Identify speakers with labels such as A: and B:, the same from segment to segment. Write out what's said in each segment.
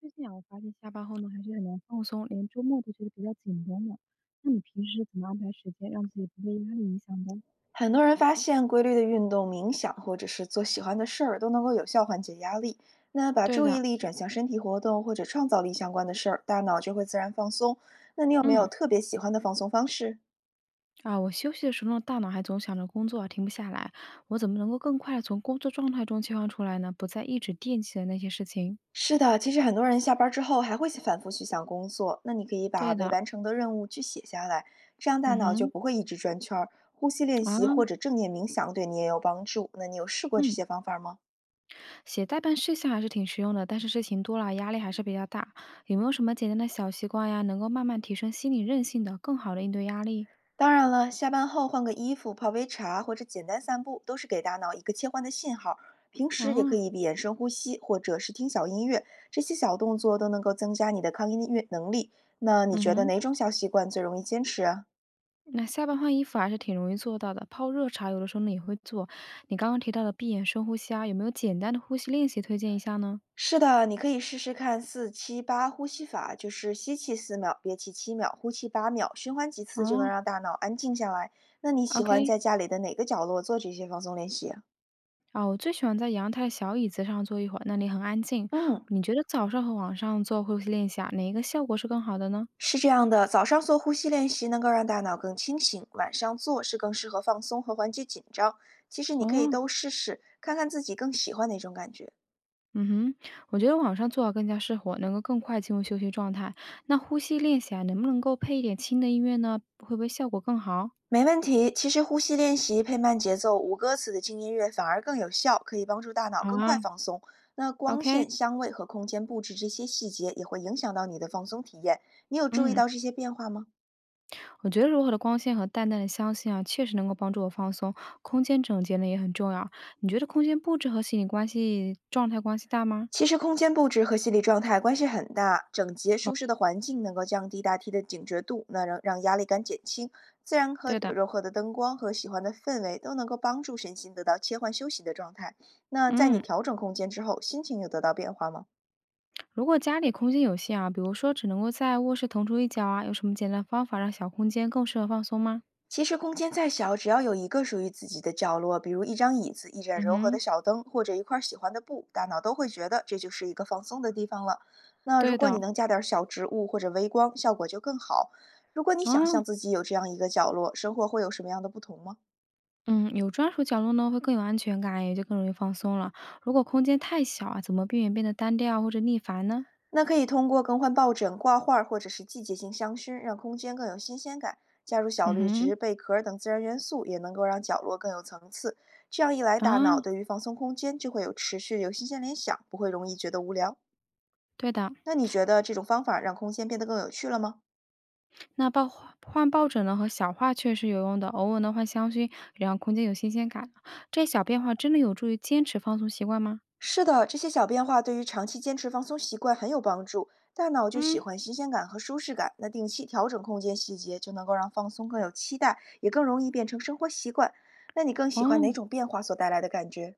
A: 最近啊，我发现下班后呢，还是很难放松，连周末都觉得比较紧绷的。那你平时是怎么安排时间，让自己不被压力影响的？
B: 很多人发现规律的运动、冥想或者是做喜欢的事儿都能够有效缓解压力。那把
A: 对
B: 注意
A: 的，
B: 力转向身体活动或者创造力相关的事儿，大脑就会自然放松。那你有没有
A: 嗯
B: 特别喜欢的放松方式？
A: 我休息的时候呢，大脑还总想着工作啊停不下来。我怎么能够更快的从工作状态中切换出来呢？不再一直惦记着那些事情。
B: 是的，其实很多人下班之后还会反复去想工作。那你可以把
A: 对
B: 未
A: 的。
B: 完成的任务去写下来，这样大
A: 嗯
B: 脑就
A: 哼。
B: 不会一直转圈儿。呼吸练
A: 啊，
B: 习或者正念冥想对你也有帮助。那你有试过这
A: 嗯，
B: 些方法吗？
A: 写代办事项还是挺实用的，但是事情多了，压力还是比较大。有没有什么简单的小习惯呀，能够慢慢提升心理韧性的，更好的应对压力？
B: 当然了，下班后换个衣服、泡杯茶或者简单散步，都是给大脑一个切换的信号。平时也可
A: 啊。
B: 以闭眼深呼吸，或者是听小音乐，这些小动作都能够增加你的抗音乐能力。那你
A: 嗯
B: 觉得
A: 哼。
B: 哪种小习惯最容易坚持啊？
A: 那下班换衣服还是挺容易做到的，泡热茶有的时候呢也会做。你刚刚提到的闭眼深呼吸啊，有没有简单的呼吸练习推荐一下呢？
B: 是的，你可以试试看4-7-8呼吸法，就是吸气4秒，憋气7秒，呼气8秒，循环几次就能
A: 哦，
B: 让大脑安静下来。那你喜欢
A: ？OK。
B: 在家里的哪个角落做这些放松练习啊。
A: 啊，我最喜欢在阳台小椅子上坐一会儿，那里很安静。
B: 嗯。
A: 你觉得早上和晚上做呼吸练习啊，哪一个效果是更好的呢？
B: 是这样的，早上做呼吸练习能够让大脑更清醒，晚上做是更适合放松和缓解紧张。其实你可以
A: 哦。
B: 都试试，看看自己更喜欢哪种感觉。
A: 嗯哼。我觉得晚上做好更加适合，能够更快进入休息状态。那呼吸练习啊，能不能够配一点轻的音乐呢？会不会效果更好
B: 没问题，其实呼吸练习配慢节奏、无歌词的轻音乐反而更有效，可以帮助大脑更
A: 啊，
B: 快放松。那光
A: ？OK。
B: 线、香味和空间布置这些细节也会影响到你的放松体验。你有注意
A: 嗯。
B: 到这些变化吗？
A: 我觉得柔和的光线和淡淡的香气啊，确实能够帮助我放松。空间整洁呢也很重要。你觉得空间布置和心理关系、状态关系大吗？
B: 其实空间布置和心理状态关系很大，整洁舒适的环境能够降低大梯的警觉度，那让压力感减轻。自然和
A: 对的，
B: 柔和的灯光和喜欢的氛围都能够帮助身心得到切换休息的状态。那在你
A: 嗯，
B: 调整空间之后，心情有得到变化吗？
A: 如果家里空间有限啊，比如说只能够在卧室腾出一角啊，有什么简单方法让小空间更适合放松吗？
B: 其实空间再小，只要有一个属于自己的角落，比如一张椅子、一盏
A: 嗯
B: 柔和
A: 哼。
B: 的小灯，或者一块喜欢的布，大脑都会觉得这就是一个放松的地方了。那
A: 对
B: 如果你
A: 的。
B: 能加点小植物或者微光，效果就更好。如果你想
A: 啊，
B: 象自己有这样一个角落，生活会有什么样的不同吗？
A: 嗯，有专属角落呢，会更有安全感，也就更容易放松了。如果空间太小啊，怎么避免变得单调或者腻烦呢？
B: 那可以通过更换抱枕、挂画或者是季节性香薰，让空间更有新鲜感。加入小
A: 嗯
B: 绿
A: 哼。
B: 植、贝壳等自然元素，也能够让角落更有层次。这样一来，
A: 啊。
B: 大脑对于放松空间就会有持续、有新鲜联想，不会容易觉得无聊。
A: 对的。
B: 那你觉得这种方法让空间变得更有趣了吗？
A: 那抱换换枕枕呢和小花确实有用的，偶尔呢换香薰，让空间有新鲜感。这些小变化真的有助于坚持放松习惯吗？
B: 是的，这些小变化对于长期坚持放松习惯很有帮助。大脑就喜
A: 嗯，
B: 欢新鲜感和舒适感，那定期调整空间细节，就能够让放松更有期待，也更容易变成生活习惯。那你更喜欢
A: 哦，
B: 哪种变化所带来的感觉？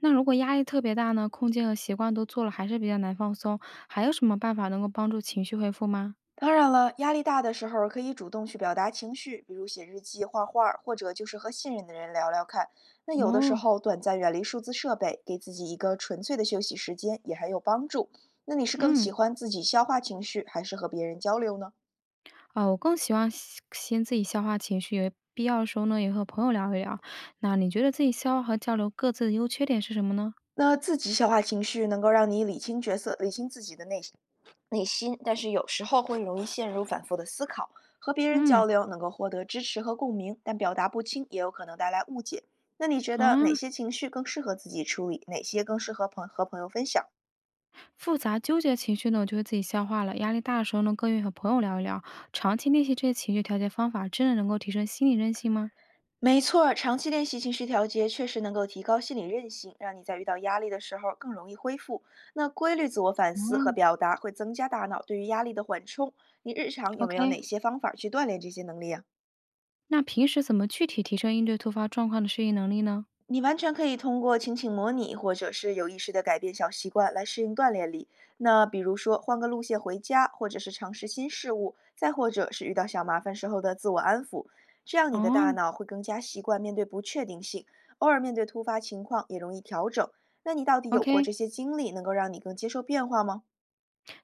A: 那如果压力特别大呢，空间和习惯都做了，还是比较难放松，还有什么办法能够帮助情绪恢复吗？
B: 当然了，压力大的时候可以主动去表达情绪，比如写日记、画画或者就是和信任的人聊聊看。那有的时
A: 哦，
B: 候短暂远离数字设备，给自己一个纯粹的休息时间也很有帮助。那你是更
A: 嗯，
B: 喜欢自己消化情绪，还是和别人交流呢？
A: 啊，我更希望先自己消化情绪，有必要的时候呢，也和朋友聊一聊。那你觉得自己消化和交流各自的优缺点是什么呢？
B: 那自己消化情绪能够让你理清角色，理清自己的内心，但是有时候会容易陷入反复的思考。和别人
A: 嗯，
B: 交流能够获得支持和共鸣，但表达不清也有可能带来误解。那你觉得哪
A: 啊。
B: 些情绪更适合自己处理，哪些更适合朋和朋友分享？
A: 复杂纠结情绪呢，我就会自己消化了。压力大的时候呢，更愿意和朋友聊一聊。长期练习这些情绪调节方法，真的能够提升心理韧性吗？
B: 没错儿，长期练习情绪调节确实能够提高心理韧性，让你在遇到压力的时候更容易恢复。那规律自我反思和
A: 嗯
B: 表达会增加大脑对于压力的缓冲。你日常有没有
A: ？OK。
B: 哪些方法去锻炼这些能力啊？
A: 那平时怎么具体提升应对突发状况的适应能力呢？
B: 你完全可以通过情景模拟，或者是有意识的改变小习惯来适应锻炼力。那比如说换个路线回家，或者是尝试新事物，再或者是遇到小麻烦时候的自我安抚，这样你的
A: 哦
B: 大脑会更加习惯面对不确定性，偶尔面对突发情况也容易调整。那你到底有过
A: ，OK。
B: 这些经历，能够让你更接受变化吗？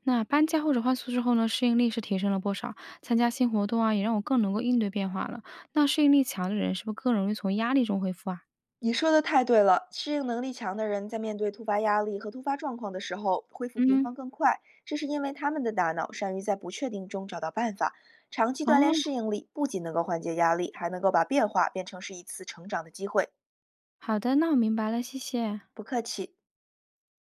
A: 那搬家或者换宿舍后呢，适应力是提升了不少。参加新活动啊，也让我更能够应对变化了。那适应力强的人是不是更容易从压力中恢复啊？
B: 你说的太对了，适应能力强的人在面对突发压力和突发状况的时候，恢复平
A: 嗯。
B: 衡更快，这是因为他们的大脑善于在不确定中找到办法。长期锻炼
A: 哦。
B: 适应力，不仅能够缓解压力，还能够把变化变成是一次成长的机会。
A: 好的，那我明白了，谢谢。
B: 不客气。